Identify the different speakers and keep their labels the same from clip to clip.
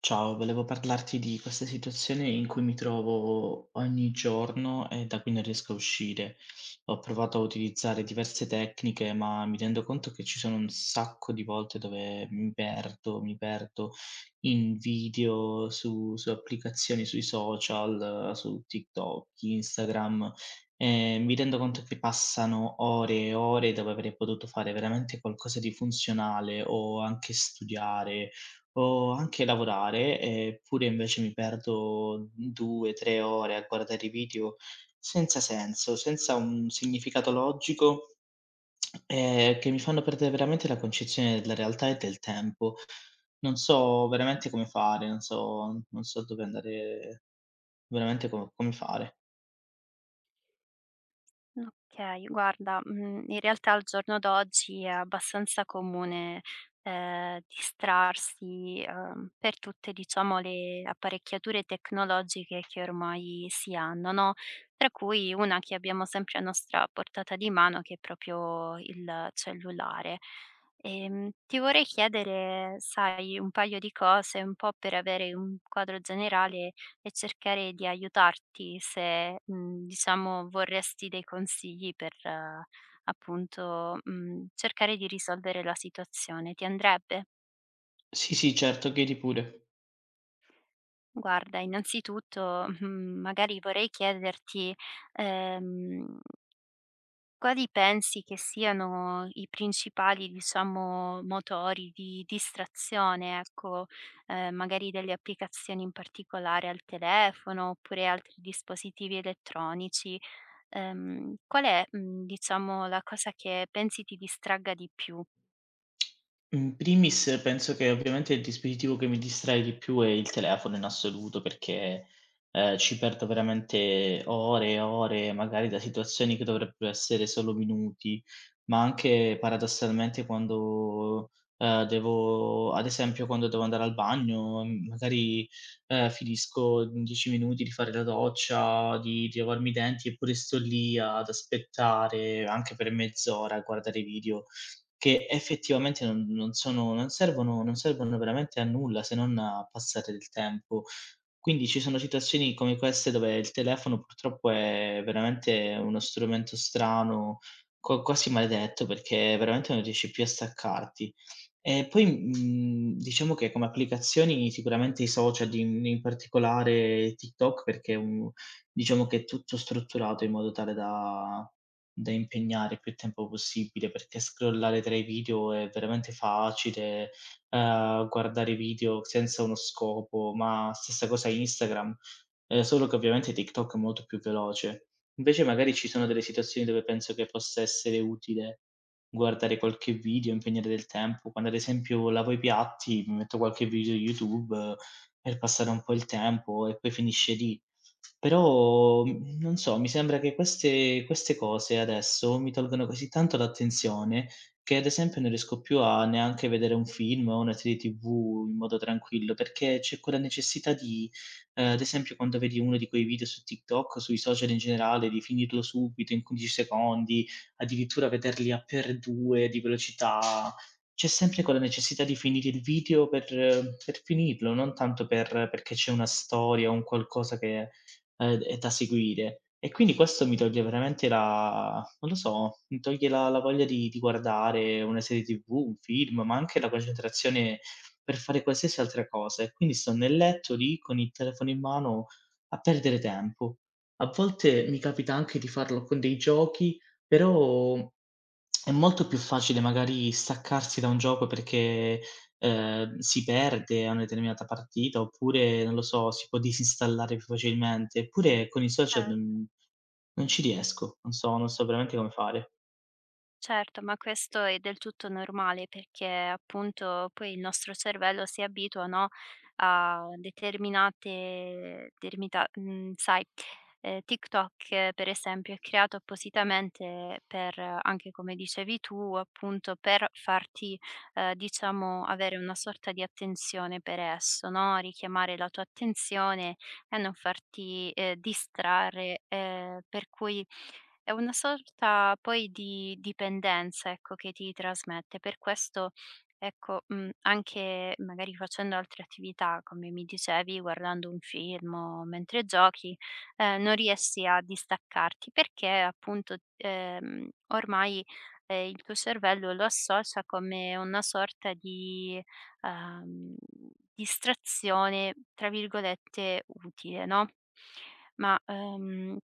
Speaker 1: Ciao, volevo parlarti di questa situazione in cui mi trovo ogni giorno e da cui non riesco a uscire. Ho provato a utilizzare diverse tecniche, ma mi rendo conto che ci sono un sacco di volte dove mi perdo in video, su applicazioni, sui social, su TikTok, Instagram. E mi rendo conto che passano ore e ore dove avrei potuto fare veramente qualcosa di funzionale o anche studiare o anche lavorare, eppure invece mi perdo 2, 3 ore a guardare i video senza senso, senza un significato logico, che mi fanno perdere veramente la concezione della realtà e del tempo. Non so veramente come fare, non so non so dove andare veramente co come fare.
Speaker 2: Okay, guarda, mhmm, in realtà al giorno d'oggi è abbastanza comune, distrarsi, per tutte diciamo le apparecchiature tecnologiche che ormai si hanno, no, tra cui una che abbiamo sempre a nostra portata di mano che è proprio il cellulare. Ti vorrei chiedere, sai, un paio di cose, un po' per avere un quadro generale e cercare di aiutarti se, mhmm, diciamo vorresti dei consigli per, appunto, mhmm, cercare di risolvere la situazione. Ti andrebbe?
Speaker 1: Sì, sì, certo, chiedi pure.
Speaker 2: Guarda, innanzitutto, mhmm, magari vorrei chiederti, ehm Quali pensi che siano i principali, diciamo, motori di distrazione, ecco, magari delle applicazioni in particolare al telefono oppure altri dispositivi elettronici? Qual è, mhmm, diciamo, la cosa che pensi ti distragga di più?
Speaker 1: In primis penso che ovviamente il dispositivo che mi distrae di più è il telefono in assoluto, perché, ci perdo veramente ore e ore, magari da situazioni che dovrebbero essere solo minuti, ma anche paradossalmente quando, devo ad esempio quando devo andare al bagno, mhmm, magari, finisco in 10 minuti di fare la doccia, di lavarmi i denti, eppure sto lì ad aspettare anche per mezz'ora a guardare video. Che effettivamente non non sono non servono non servono veramente a nulla, se non a passare del tempo. Quindi ci sono situazioni come queste dove il telefono purtroppo è veramente uno strumento strano, quasi maledetto, perché veramente non riesci più a staccarti. E poi, mhmm, diciamo che come applicazioni sicuramente i social, in particolare TikTok, perché è un diciamo che è tutto strutturato in modo tale da impegnare più tempo possibile, perché scrollare tra i video è veramente facile, guardare video senza uno scopo, ma stessa cosa Instagram, solo che ovviamente TikTok è molto più veloce. Invece magari ci sono delle situazioni dove penso che possa essere utile guardare qualche video, impegnare del tempo. Quando ad esempio lavo i piatti, mi metto qualche video YouTube per passare un po' il tempo e poi finisce lì. Però, mhmm, non so, mi sembra che queste cose adesso mi tolgano così tanto l'attenzione, che ad esempio non riesco più a neanche vedere un film o una serie TV in modo tranquillo, perché c'è quella necessità di ad esempio quando vedi uno di quei video su TikTok, sui social in generale, di finirlo subito in 15 secondi, addirittura vederli a per 2 di velocità. C'è sempre quella necessità di finire il video per finirlo, non tanto perché c'è una storia o un qualcosa che è da seguire. E quindi questo mi toglie veramente la non lo so, mi toglie la voglia di guardare una serie TV, un film, ma anche la concentrazione per fare qualsiasi altra cosa. E quindi sto nel letto lì con il telefono in mano a perdere tempo. A volte mi capita anche di farlo con dei giochi, però è molto più facile magari staccarsi da un gioco perché si perde a una determinata partita, oppure, non lo so, si può disinstallare più facilmente. Eppure con i social non ci riesco, non so non so veramente come fare.
Speaker 2: Certo, ma questo è del tutto normale perché appunto poi il nostro cervello si abitua, no, a determinate dermita mhmm, sai, TikTok per esempio è creato appositamente per anche come dicevi tu, appunto per farti, diciamo avere una sorta di attenzione per esso, no, richiamare la tua attenzione e non farti, distrarre, per cui è una sorta poi di dipendenza, ecco, che ti trasmette. Per questo, ecco, mhmm, anche magari facendo altre attività, come mi dicevi, guardando un film o mentre giochi, non riesci a distaccarti perché appunto, ormai, il tuo cervello lo associa come una sorta di, ehm, "distrazione", tra virgolette, "utile", no, ma.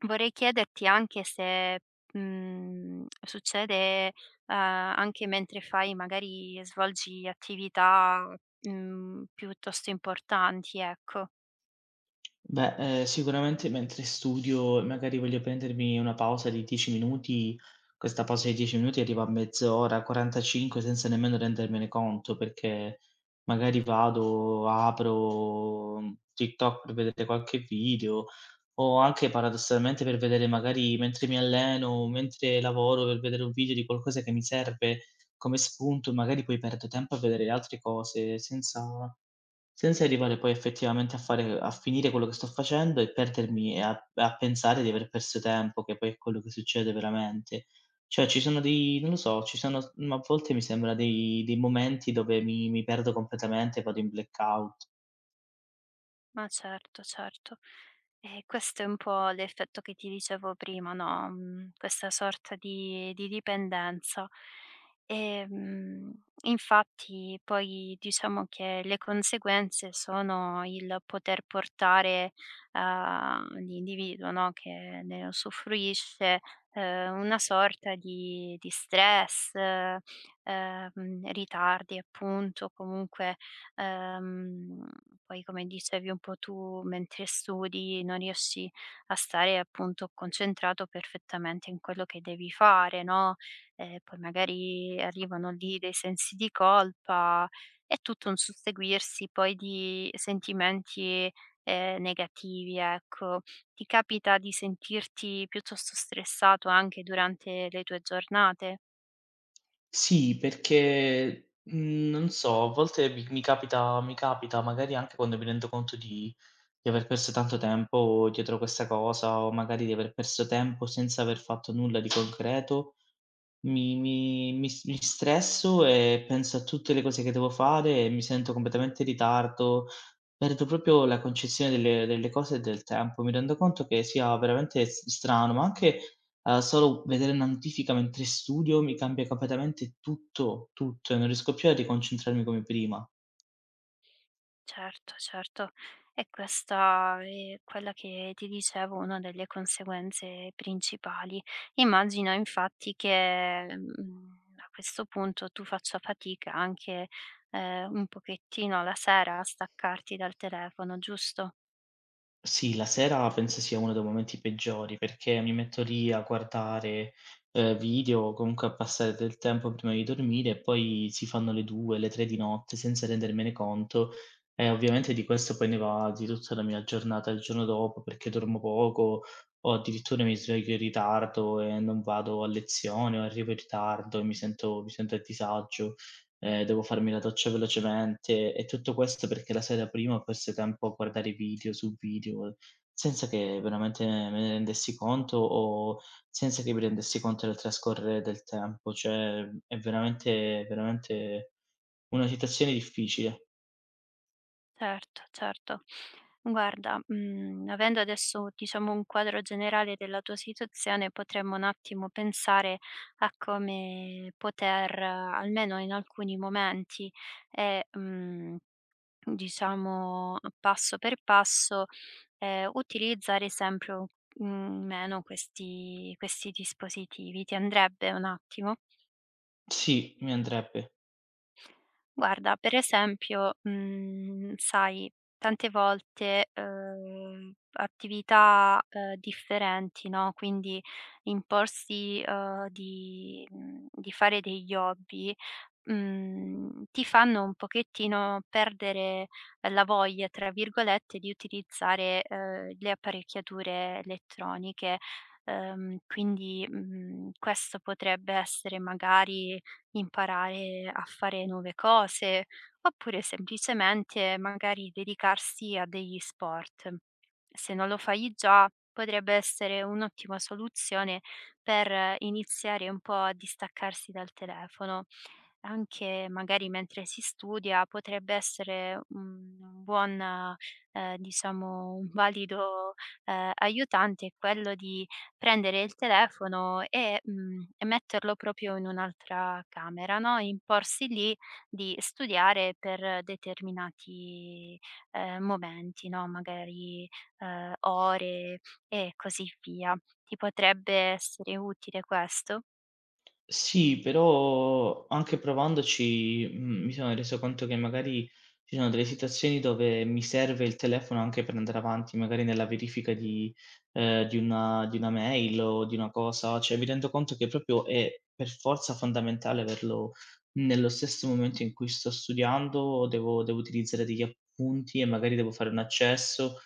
Speaker 2: Vorrei chiederti anche se, mhmm, succede, anche mentre fai magari svolgi attività, mhmm, piuttosto importanti, ecco.
Speaker 1: Beh, sicuramente mentre studio e magari voglio prendermi una pausa di 10 minuti, questa pausa di 10 minuti arriva a mezz'ora, 45 senza nemmeno rendermene conto, perché magari vado, apro, mhmm, TikTok per vedere qualche video o anche paradossalmente per vedere magari mentre mi alleno, mentre lavoro, per vedere un video di qualcosa che mi serve come spunto, magari poi perdo tempo a vedere altre cose senza senza arrivare poi effettivamente a fare a finire quello che sto facendo e perdermi e a pensare di aver perso tempo, che poi è quello che succede veramente. Cioè ci sono dei non lo so, ci sono s mhmm, a volte mi sembra dei dei momenti dove mi perdo completamente, vado in blackout.
Speaker 2: Ma certo, certo. E questo è un po' l'effetto che ti dicevo prima, no, mhmm, questa sorta di dipendenza. Ehm, Infatti poi diciamo che le conseguenze sono il poter portare, l'individuo, no, che ne usufruisce, una sorta di stress, ritardi appunto, comunque Ehm, Poi come dicevi un po' tu, mentre studi non riesci a stare appunto concentrato perfettamente in quello che devi fare, no, poi magari arrivano lì dei sensi di colpa, è tutto un susseguirsi poi di sentimenti, negativi, ecco. Ti capita di sentirti piuttosto stressato anche durante le tue giornate?
Speaker 1: Sì, perché, mhmm, non so, a volte mi capita magari anche quando mi rendo conto di aver perso tanto tempo dietro questa cosa, o magari di aver perso tempo senza aver fatto nulla di concreto. Mi stresso e penso a tutte le cose che devo fare e mi sento completamente in ritardo, perdo proprio la concezione delle cose e del tempo. Mi rendo conto che sia veramente s strano, ma anche, solo vedere una notifica mentre studio mi cambia completamente tutto, tutto e non riesco più a riconcentrarmi come prima.
Speaker 2: Certo, certo. E questa è quella che ti dicevo, una delle conseguenze principali. Immagino infatti che, mhmm, a questo punto tu faccia fatica anche, un pochettino la sera a staccarti dal telefono, giusto?
Speaker 1: Sì, la sera penso sia uno dei momenti peggiori, perché mi metto lì a guardare, video o comunque a passare del tempo prima di dormire e poi si fanno le 2, le 3 di notte senza rendermene conto e ovviamente di questo poi ne va di tutta la mia giornata il giorno dopo, perché dormo poco o addirittura mi sveglio in ritardo e non vado a lezione o arrivo in ritardo e mi sento a disagio. Devo farmi la doccia velocemente e tutto questo perché la sera prima ho perso tempo a guardare video su video, senza che veramente me ne rendessi conto o senza che mi rendessi conto del trascorrere del tempo. Cioè, è veramente una situazione difficile.
Speaker 2: Certo, certo. Guarda, mhmm, avendo adesso, diciamo, un quadro generale della tua situazione, potremmo un attimo pensare a come poter, almeno in alcuni momenti e, mhmm, diciamo, passo per passo, utilizzare sempre, mhmm, meno questi dispositivi. Ti andrebbe un attimo?
Speaker 1: Sì, mi andrebbe.
Speaker 2: Guarda, per esempio, mhmm, sai, tante volte, attività, differenti, no, quindi imporsi, di fare degli hobby, mhmm, ti fanno un pochettino perdere la "voglia", tra virgolette, di utilizzare, le apparecchiature elettroniche. Quindi, mhmm, questo potrebbe essere magari imparare a fare nuove cose, oppure semplicemente magari dedicarsi a degli sport. Se non lo fai già, potrebbe essere un'ottima soluzione per iniziare un po' a distaccarsi dal telefono. Anche magari mentre si studia potrebbe essere un buon, diciamo, un valido aiutante quello di prendere il telefono e, mhmm, e metterlo proprio in un'altra camera, no, imporsi lì di studiare per determinati, momenti, no, magari, ore e così via. Ti potrebbe essere utile questo?
Speaker 1: Sì, però anche provandoci, mhmm, mi sono reso conto che magari ci sono delle situazioni dove mi serve il telefono anche per andare avanti, magari nella verifica di una mail o di una cosa, cioè mi rendo conto che proprio è per forza fondamentale averlo nello stesso momento in cui sto studiando, devo utilizzare degli appunti e magari devo fare un accesso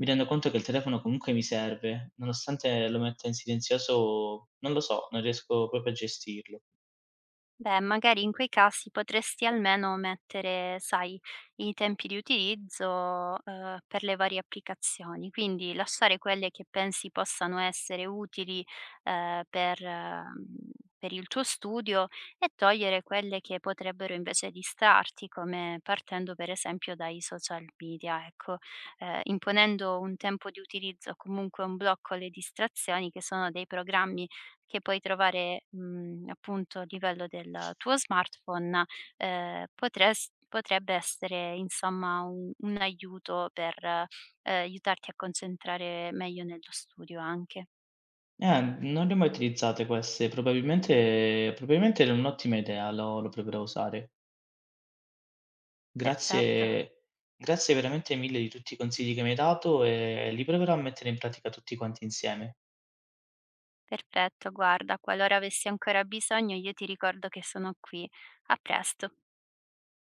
Speaker 1: mi rendo conto che il telefono comunque mi serve, nonostante lo metta in silenzioso, non lo so, non riesco proprio a gestirlo.
Speaker 2: Beh, magari in quei casi potresti almeno mettere, sai, i tempi di utilizzo, per le varie applicazioni, quindi lasciare quelle che pensi possano essere utili, ehm, per mhmm, per il tuo studio e togliere quelle che potrebbero invece distrarti, come partendo per esempio dai social media, ecco. Imponendo un tempo di utilizzo o comunque un blocco alle distrazioni, che sono dei programmi che puoi trovare, mhmm, appunto a livello del tuo smartphone, potres potrebbe essere insomma un aiuto per, aiutarti a concentrare meglio nello studio anche.
Speaker 1: Non le ho mai utilizzate queste, probabilmente era un'ottima idea, lo proverò a usare.
Speaker 2: Perfetto,
Speaker 1: Grazie, grazie veramente mille di tutti i consigli che mi hai dato e li proverò a mettere in pratica tutti quanti insieme.
Speaker 2: perfetto guarda, qualora avessi ancora bisogno io ti ricordo che sono qui. A presto.